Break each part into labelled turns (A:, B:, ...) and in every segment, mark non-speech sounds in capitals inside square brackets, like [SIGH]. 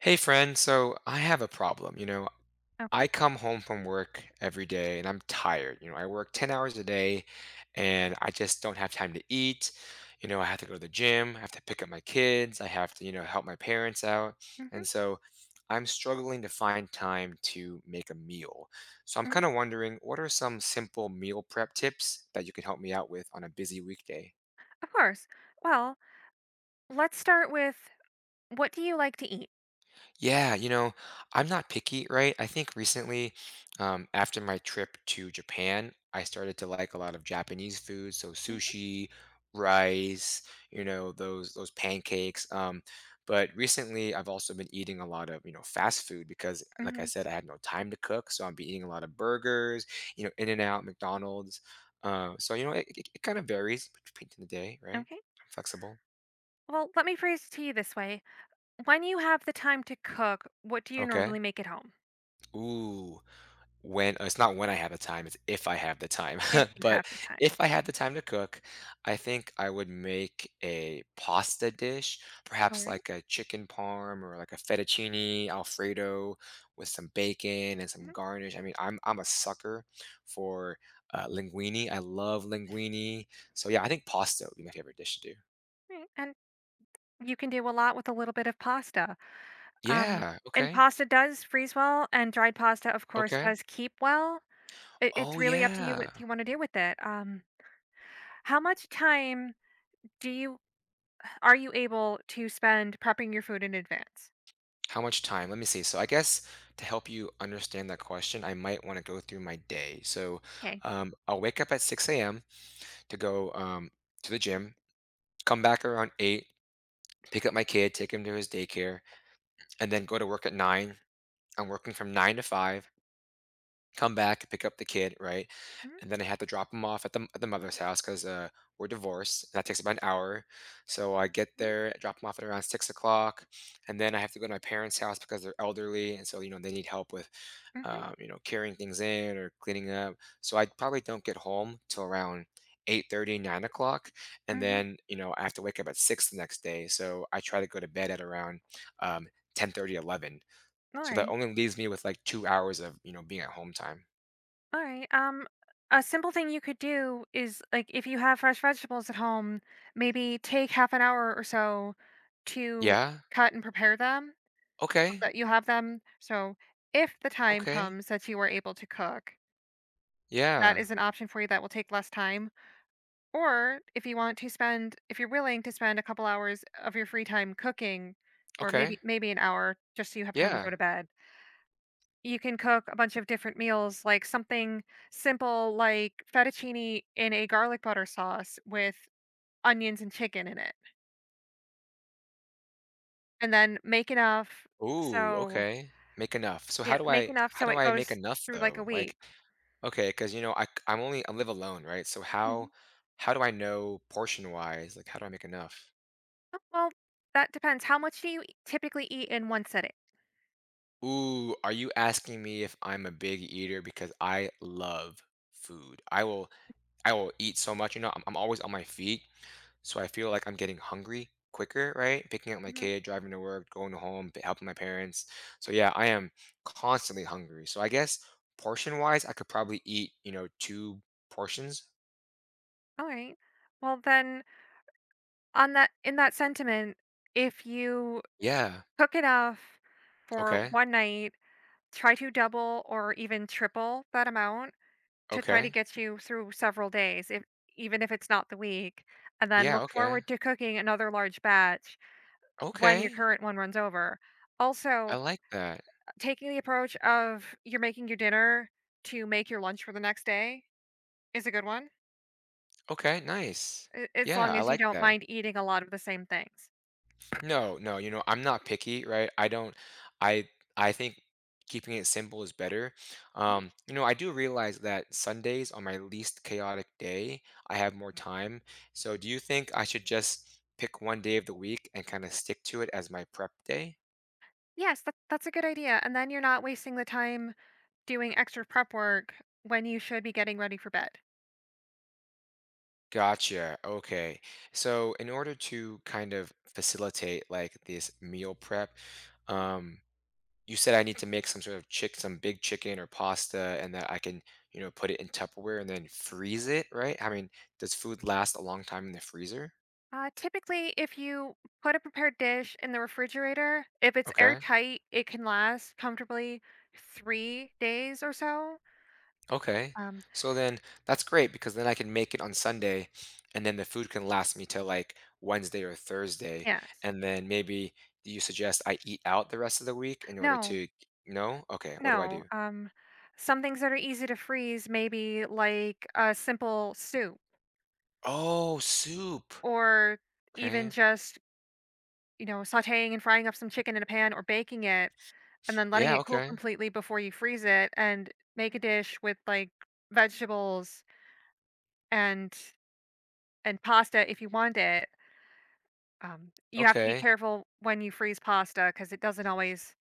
A: Hey friend, so I have a problem. I
B: Okay.
A: come home from work every day and I'm tired. I work 10 hours a day and I just don't have time to eat. I have to go to the gym, I have to pick up my kids, I have to, help my parents out. And
B: hmm
A: so I'm struggling to find time to make a meal. So I'm kind
B: hmm
A: of wondering, what are some simple meal prep tips that you can help me out with on a busy weekday?
B: Of course. Well, let's start with what do you like to eat?
A: Yeah, I'm not picky, right? I think recently, after my trip to Japan, I started to like a lot of Japanese food, so
B: hmm
A: sushi, rice, those pancakes. But recently, I've also been eating a lot of, fast food because, like I
B: hmm
A: said, I had no time to cook, so I've been eating a lot of burgers, In-N-Out, McDonald's. So it kind of varies between the day, right?
B: Okay.
A: I'm flexible.
B: Well, let me phrase it to you this way. When you have the time to cook, what do you
A: Okay.
B: normally make at home?
A: Ooh. When it's not when I have the time, it's if I have the time. [LAUGHS]
B: If you have
A: But
B: the time.
A: if I had the time to cook, I think I would make a pasta dish, perhaps
B: All right.
A: like a chicken parm or like a fettuccine alfredo with some bacon and some garnish. I mean, I'm a sucker for linguine. I love linguine. So yeah, I think pasta would be my favorite dish to do.
B: Mm-hmm. And you can do a lot with a little bit of pasta. Um,
A: Yeah.
B: and
A: Okay.
B: pasta does freeze well, and dried pasta, of course,
A: Okay.
B: does keep well. It's
A: Oh
B: really up to you
A: yeah.
B: what you want to do with it. How much time do you are you able to spend prepping your food in advance?
A: How much time? Let me see. So I guess to help you understand that question, I might want to go through my day. So
B: Okay.
A: I'll wake up at 6 a.m. to go to the gym, come back around 8, pick up my kid, take him to his daycare, and then go to work at 9. I'm working from 9 to 5, come back, pick up the kid, right?
B: Mhm,
A: And then I had to drop him off at the mother's house because we're divorced. And that takes about an hour. So I get
B: mhm,
A: there, drop him off at around 6 o'clock, and then I have to go to my parents' house because they're elderly, and so they need help with,
B: mhm,
A: carrying things in or cleaning up. So I probably don't get home till around eight thirty, nine o'clock, and
B: mhm.
A: then I have to wake up at 6 the next day, so I try to go to bed at around um, 10:30, 11.
B: All
A: So that
B: right.
A: only leaves me with like 2 hours of being at home time.
B: All right. A simple thing you could do is like if you have fresh vegetables at home, maybe take half an hour or so to
A: Yeah.
B: cut and prepare them so
A: Okay.
B: that you have them. So if the time
A: Okay.
B: comes that you are able to cook, that
A: Yeah.
B: is an option for you that will take less time. Or if you want to spend, if you're willing to spend a couple hours of your free time cooking, or
A: Okay.
B: maybe an hour just so you have time to go
A: Yeah.
B: to bed. You can cook a bunch of different meals, like something simple like fettuccine in a garlic butter sauce with onions and chicken in it, and then make enough
A: Ooh,
B: so
A: okay. Make enough. So
B: yeah, make enough
A: how
B: so
A: do
B: it
A: I make
B: goes
A: enough
B: through, like, a
A: though? Like,
B: week.
A: okay, because I I'm only I live alone, right? So how
B: Mhm.
A: how do I know portion wise? Like how do I make enough?
B: Oh, well, that depends. How much do you e typically eat in one sitting?
A: Ooh, are you asking me if I'm a big eater? Because I love food. I will eat so much, I'm always on my feet. So I feel like I'm getting hungry quicker, right? Picking up my
B: Mhm.
A: kid, driving to work, going home, helping my parents. So yeah, I am constantly hungry. So I guess portion wise, I could probably eat, two portions.
B: Alright. Well, then, on that in that sentiment, if you
A: Yeah.
B: cook enough for
A: Okay.
B: one night, try to double or even triple that amount to try to
A: Okay.
B: get you through several days, if even if it's not the week, and then
A: Yeah.
B: look
A: Okay.
B: forward to cooking another large batch when your
A: Okay.
B: current one runs over.
A: I
B: Also,
A: like that.
B: taking the approach of you're making your dinner to make your lunch for the next day is a good one,
A: Okay. Nice.
B: a as
A: Yeah.
B: long
A: I
B: as you
A: like
B: don't
A: that.
B: mind eating a lot of the same things.
A: No, no, I'm not picky, right? I don't I I think keeping it simple is better.
B: Mhm.
A: I do realize that Sundays on my least chaotic day. I have more time. So do you think I should just pick one day of the week and kind of stick to it as my prep day?
B: Yes, that's a good idea, and then you're not wasting the time doing extra prep work when you should be getting ready for bed.
A: Gotcha. Okay. So, in order to kind of facilitate like this meal prep, um, you said I need to make some sort of some big chicken or pasta, and that I can, put it in Tupperware and then freeze it, right? I mean, does food last a long time in the freezer?
B: Typically, if you put a prepared dish in the refrigerator, if it's
A: Okay.
B: airtight, it can last comfortably 3 days or so.
A: Okay.
B: Um,
A: So then that's great because then I can make it on Sunday and then the food can last me till like Wednesday or Thursday.
B: yes.
A: And then maybe you suggest I eat out the rest of the week in order
B: No,
A: to, no? Okay. What do I
B: no.
A: do?
B: Some things that are easy to freeze, maybe like a simple soup,
A: Oh, soup.
B: or even
A: Okay.
B: just, you know, sauteing and frying up some chicken in a pan or baking it and then letting
A: Yeah,
B: it cool
A: okay.
B: completely before you freeze it and make a dish with like vegetables and and pasta if you want it. You have to be
A: Okay.
B: careful when you freeze pasta because it doesn't always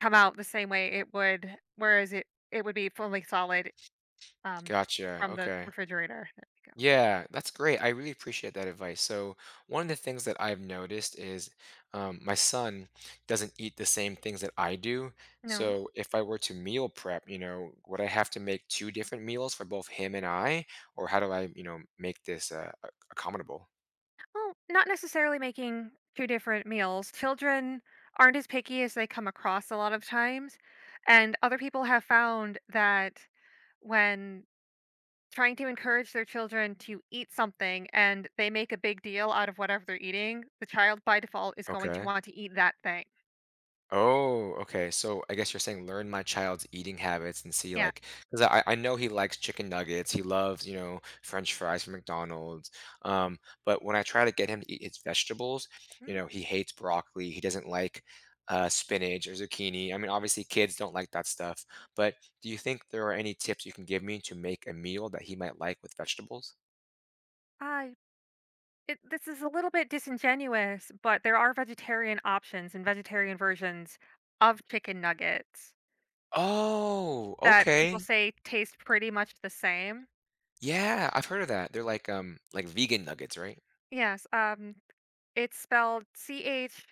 B: come out the same way it would whereas it would be fully solid, um,
A: Gotcha.
B: from the
A: Okay.
B: refrigerator. There we go.
A: Yeah, that's great. I really appreciate that advice. So, one of the things that I've noticed is my son doesn't eat the same things that I do.
B: No.
A: So, if I were to meal prep, would I have to make two different meals for both him and I? Or how do I, make this accommodable?
B: Well, not necessarily making 2 different meals. Children aren't as picky as they come across a lot of times, and other people have found that when trying to encourage their children to eat something and they make a big deal out of whatever they're eating, the child by default is going to
A: Okay.
B: want to eat that thing.
A: Oh, okay. So I guess you're saying learn my child's eating habits and see,
B: Yeah.
A: like, because I know he likes chicken nuggets. He loves, French fries from McDonald's. Um, but when I try to get him to eat his vegetables,
B: Mm,
A: he hates broccoli. He doesn't like spinach or zucchini. I mean, obviously kids don't like that stuff. But do you think there are any tips you can give me to make a meal that he might like with vegetables?
B: I it, this is a little bit disingenuous, but there are vegetarian options and vegetarian versions of chicken nuggets
A: Oh,
B: that people
A: okay.
B: say taste pretty much the same.
A: Yeah, I've heard of that. They're like vegan nuggets, right?
B: Yes, it's spelled C H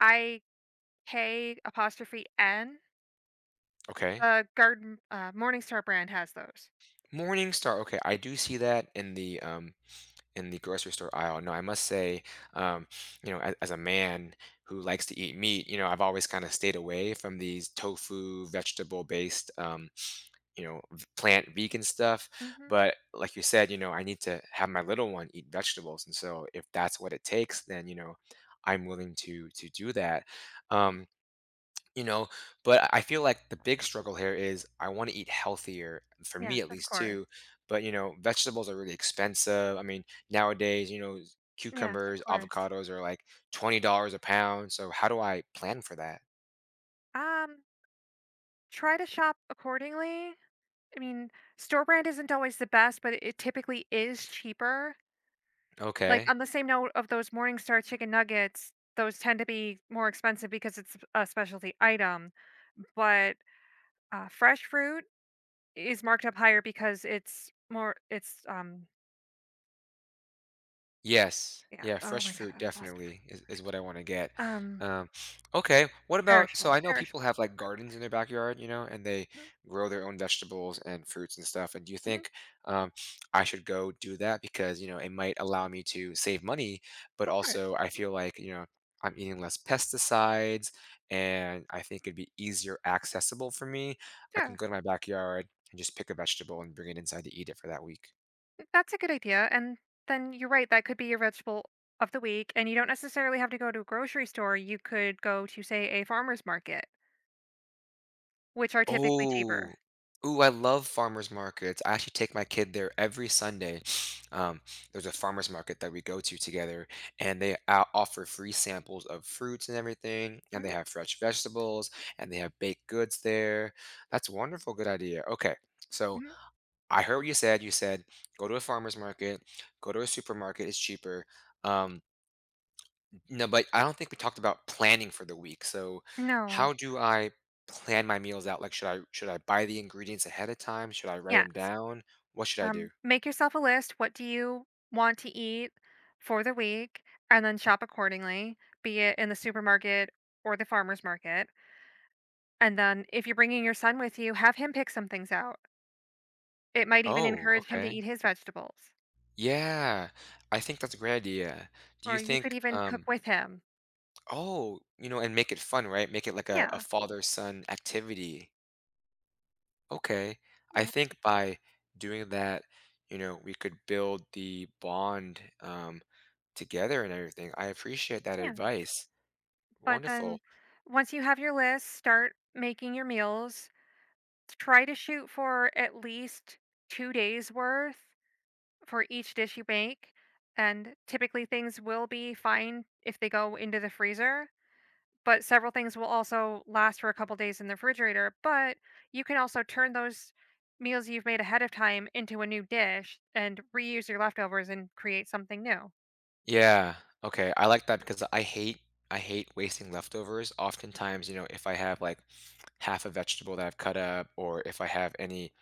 B: I K apostrophe N.
A: Okay.
B: The Garden Morningstar brand has those.
A: Morningstar, okay, I do see that in the grocery store aisle. No, I must say, um, as a man who likes to eat meat, I've always kind of stayed away from these tofu, vegetable based, plant vegan stuff.
B: Hmm
A: But like you said, I need to have my little one eat vegetables. And so if that's what it takes, then, I'm willing to do that. Um, you know, but I feel like the big struggle here is I want to eat healthier for me
B: Yes,
A: at
B: of
A: least
B: course.
A: too, but vegetables are really expensive. I mean, nowadays,
B: Yes, of
A: cucumbers,
B: course.
A: avocados are like $20 a pound, so how do I plan for that?
B: Um, try to shop accordingly. I mean, store brand isn't always the best, but it typically is cheaper. Like,
A: Okay.
B: on the same note of those Morningstar chicken nuggets, those tend to be more expensive because it's a specialty item, but, fresh fruit is marked up higher because it's
A: Yes.
B: yeah,
A: Yeah,
B: oh
A: fresh
B: my god,
A: fruit
B: I lost a freak
A: definitely is what I want to get.
B: um,
A: Um, okay. What about, so
B: perishable,
A: I know people
B: perishable
A: have
B: is the
A: like
B: word.
A: gardens in their backyard, and they
B: Mhm,
A: grow their own vegetables and fruits and stuff. And do you
B: mhm,
A: think um, I should go do that because, it might allow me to save money, but
B: of course,
A: also I feel like, I'm eating less pesticides and I think it'd be easier accessible for me. I can
B: yeah,
A: go to my backyard and just pick a vegetable and bring it inside to eat it for that week.
B: that's a good idea, and then you're right, that could be your vegetable of the week, and you don't necessarily have to go to a grocery store, you could go to, say, a farmer's market, which are typically
A: Oh.
B: cheaper.
A: Ooh, I love farmers markets. I actually take my kid there every Sunday. [SNIFFS] Um, there's a farmers market that we go to together, and they offer free samples of fruits and everything, and they
B: Mhm,
A: have fresh vegetables, and they have baked goods there. That's a wonderful, good idea. Okay, so
B: mhm,
A: I heard what you said. You said go to a farmers market, go to a supermarket, it's cheaper. Um, no, but I don't think we talked about planning for the week. So,
B: no,
A: how do I plan my meals out? Like, should I buy the ingredients ahead of time? Should I write
B: yeah.
A: them down? What should I do?
B: Make yourself a list. What do you want to eat for the week? And then shop accordingly, be it in the supermarket or the farmer's market. And then if you're bringing your son with you, have him pick some things out. It might even
A: Oh,
B: encourage him to
A: okay.
B: eat his vegetables,
A: Yeah, I think that's a great idea. Do
B: or
A: you
B: you could
A: think,
B: even cook with him.
A: oh, and make it fun, right? Make it like a,
B: Yeah,
A: father-son activity. Okay. I
B: yeah,
A: think by doing that, we could build the bond together and everything. I appreciate that
B: yeah.
A: advice.
B: But then
A: Wonderful.
B: once you have your list, start making your meals. Try to shoot for at least 2 days worth for each dish you make, and typically things will be fine if they go into the freezer, but several things will also last for a couple days in the refrigerator. But you can also turn those meals you've made ahead of time into a new dish and reuse your leftovers and create something new.
A: Yeah. Okay. I like that because I hate wasting leftovers. Oftentimes, if I have like half a vegetable that I've cut up, or if I have any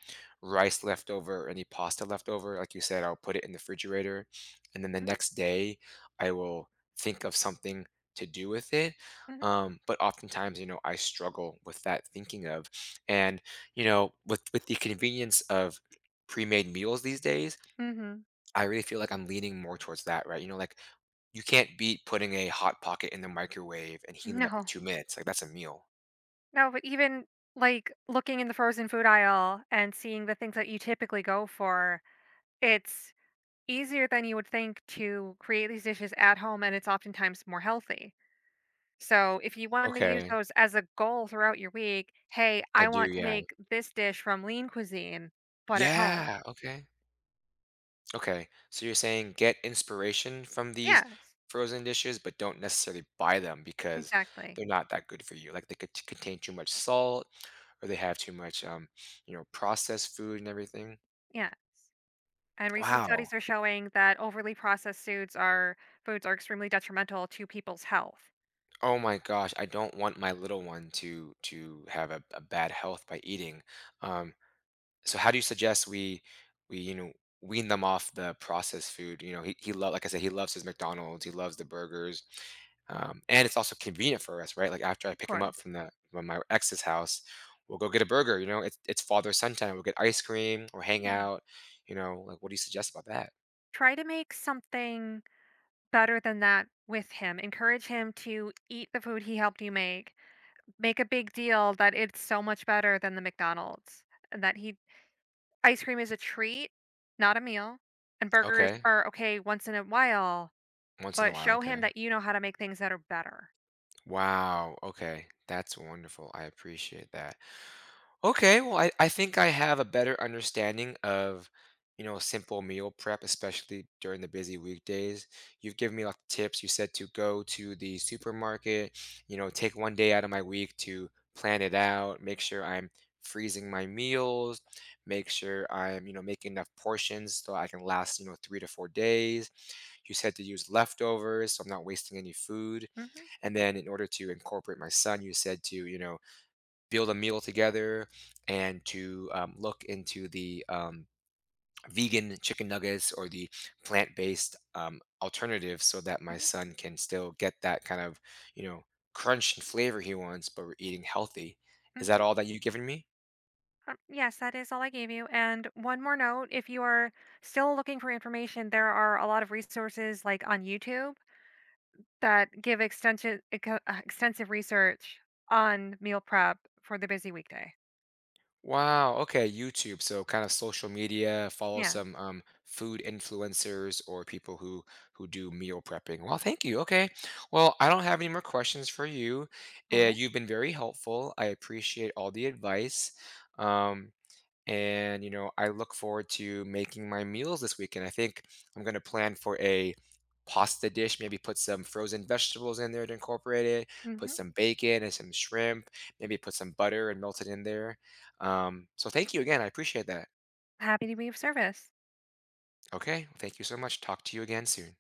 A: rice leftover, or any pasta leftover, like you said, I'll put it in the refrigerator, and then the next day I will think of something to do with it.
B: hmm
A: But oftentimes, I struggle with that thinking of, and with the convenience of pre-made meals these days
B: hmm
A: I really feel like I'm leaning more towards that, right? Like you can't beat putting a hot pocket in the microwave and
B: [LAUGHS]
A: heating it up for
B: No,
A: 2 minutes. Like that's a meal.
B: no, but even like looking in the frozen food aisle and seeing the things that you typically go for, it's easier than you would think to create these dishes at home, and it's oftentimes more healthy. So, if you want to use
A: Okay.
B: those as a goal throughout your week, "Hey,
A: I
B: I
A: do,
B: want to
A: yeah.
B: make this dish from Lean Cuisine, but at home."
A: Yeah. Okay. Okay. So you're saying get inspiration from these
B: Yes,
A: frozen dishes, but don't necessarily buy them because
B: exactly.
A: they're not that good for you. Like they could contain too much salt or they have too much processed food and everything.
B: Yes. And recent
A: Wow.
B: studies are showing that overly processed foods are extremely detrimental to people's health.
A: Oh my gosh, I don't want my little one to have a, bad health by eating. Um, so how do you suggest we we you know wean them off the processed food, he love like I said, he loves his McDonald's, he loves the burgers. And it's also convenient for us, right? Like after I
B: Of
A: pick him up
B: course.
A: from the from my ex's house, we'll go get a burger. It's father son time, we'll get ice cream or hang
B: Yeah.
A: out. Like, what do you suggest about that?
B: Try to make something better than that with him. Encourage him to eat the food he helped you make. Make a big deal that it's so much better than the McDonald's, and that he ice cream is a treat, not a meal, and burgers
A: Okay,
B: are okay once in a while,
A: once in a
B: but
A: while,
B: show
A: okay.
B: him that you know how to make things that are better.
A: Wow, okay, that's wonderful, I appreciate that. Okay, well, I think I have a better understanding of, simple meal prep, especially during the busy weekdays. You've given me a lot of tips. You said to go to the supermarket, take one day out of my week to plan it out, make sure I'm freezing my meals, make sure I'm, making enough portions so I can last, 3 to 4 days. You said to use leftovers, so I'm not wasting any food.
B: Mhm,
A: And then in order to incorporate my son, you said to, build a meal together and to look into the vegan chicken nuggets or the plant-based alternative so that my
B: mhm,
A: son can still get that kind of you know crunch and flavor he wants but we're eating healthy. Is that
B: mhm,
A: all that you've given me?
B: yes, that is all I gave you, and one more note, if you are still looking for information, there are a lot of resources, like, on YouTube that give extension eco extensive research on meal prep for the busy weekday.
A: Wow. Okay. YouTube. So kind of social media, follow
B: Yeah,
A: some food influencers or people who do meal prepping. Well, thank you. Okay. Well, I don't have any more questions for you. Uh,
B: alright,
A: you've been very helpful. I appreciate all the advice. Um, and I look forward to making my meals this weekend. I think I'm going to plan for a pasta dish, maybe put some frozen vegetables in there to incorporate it, put
B: mhm.
A: some bacon and some shrimp, maybe put some butter and melt it in there. So thank you again, I appreciate that.
B: Happy to be of service.
A: Okay, thank you so much, talk to you again soon.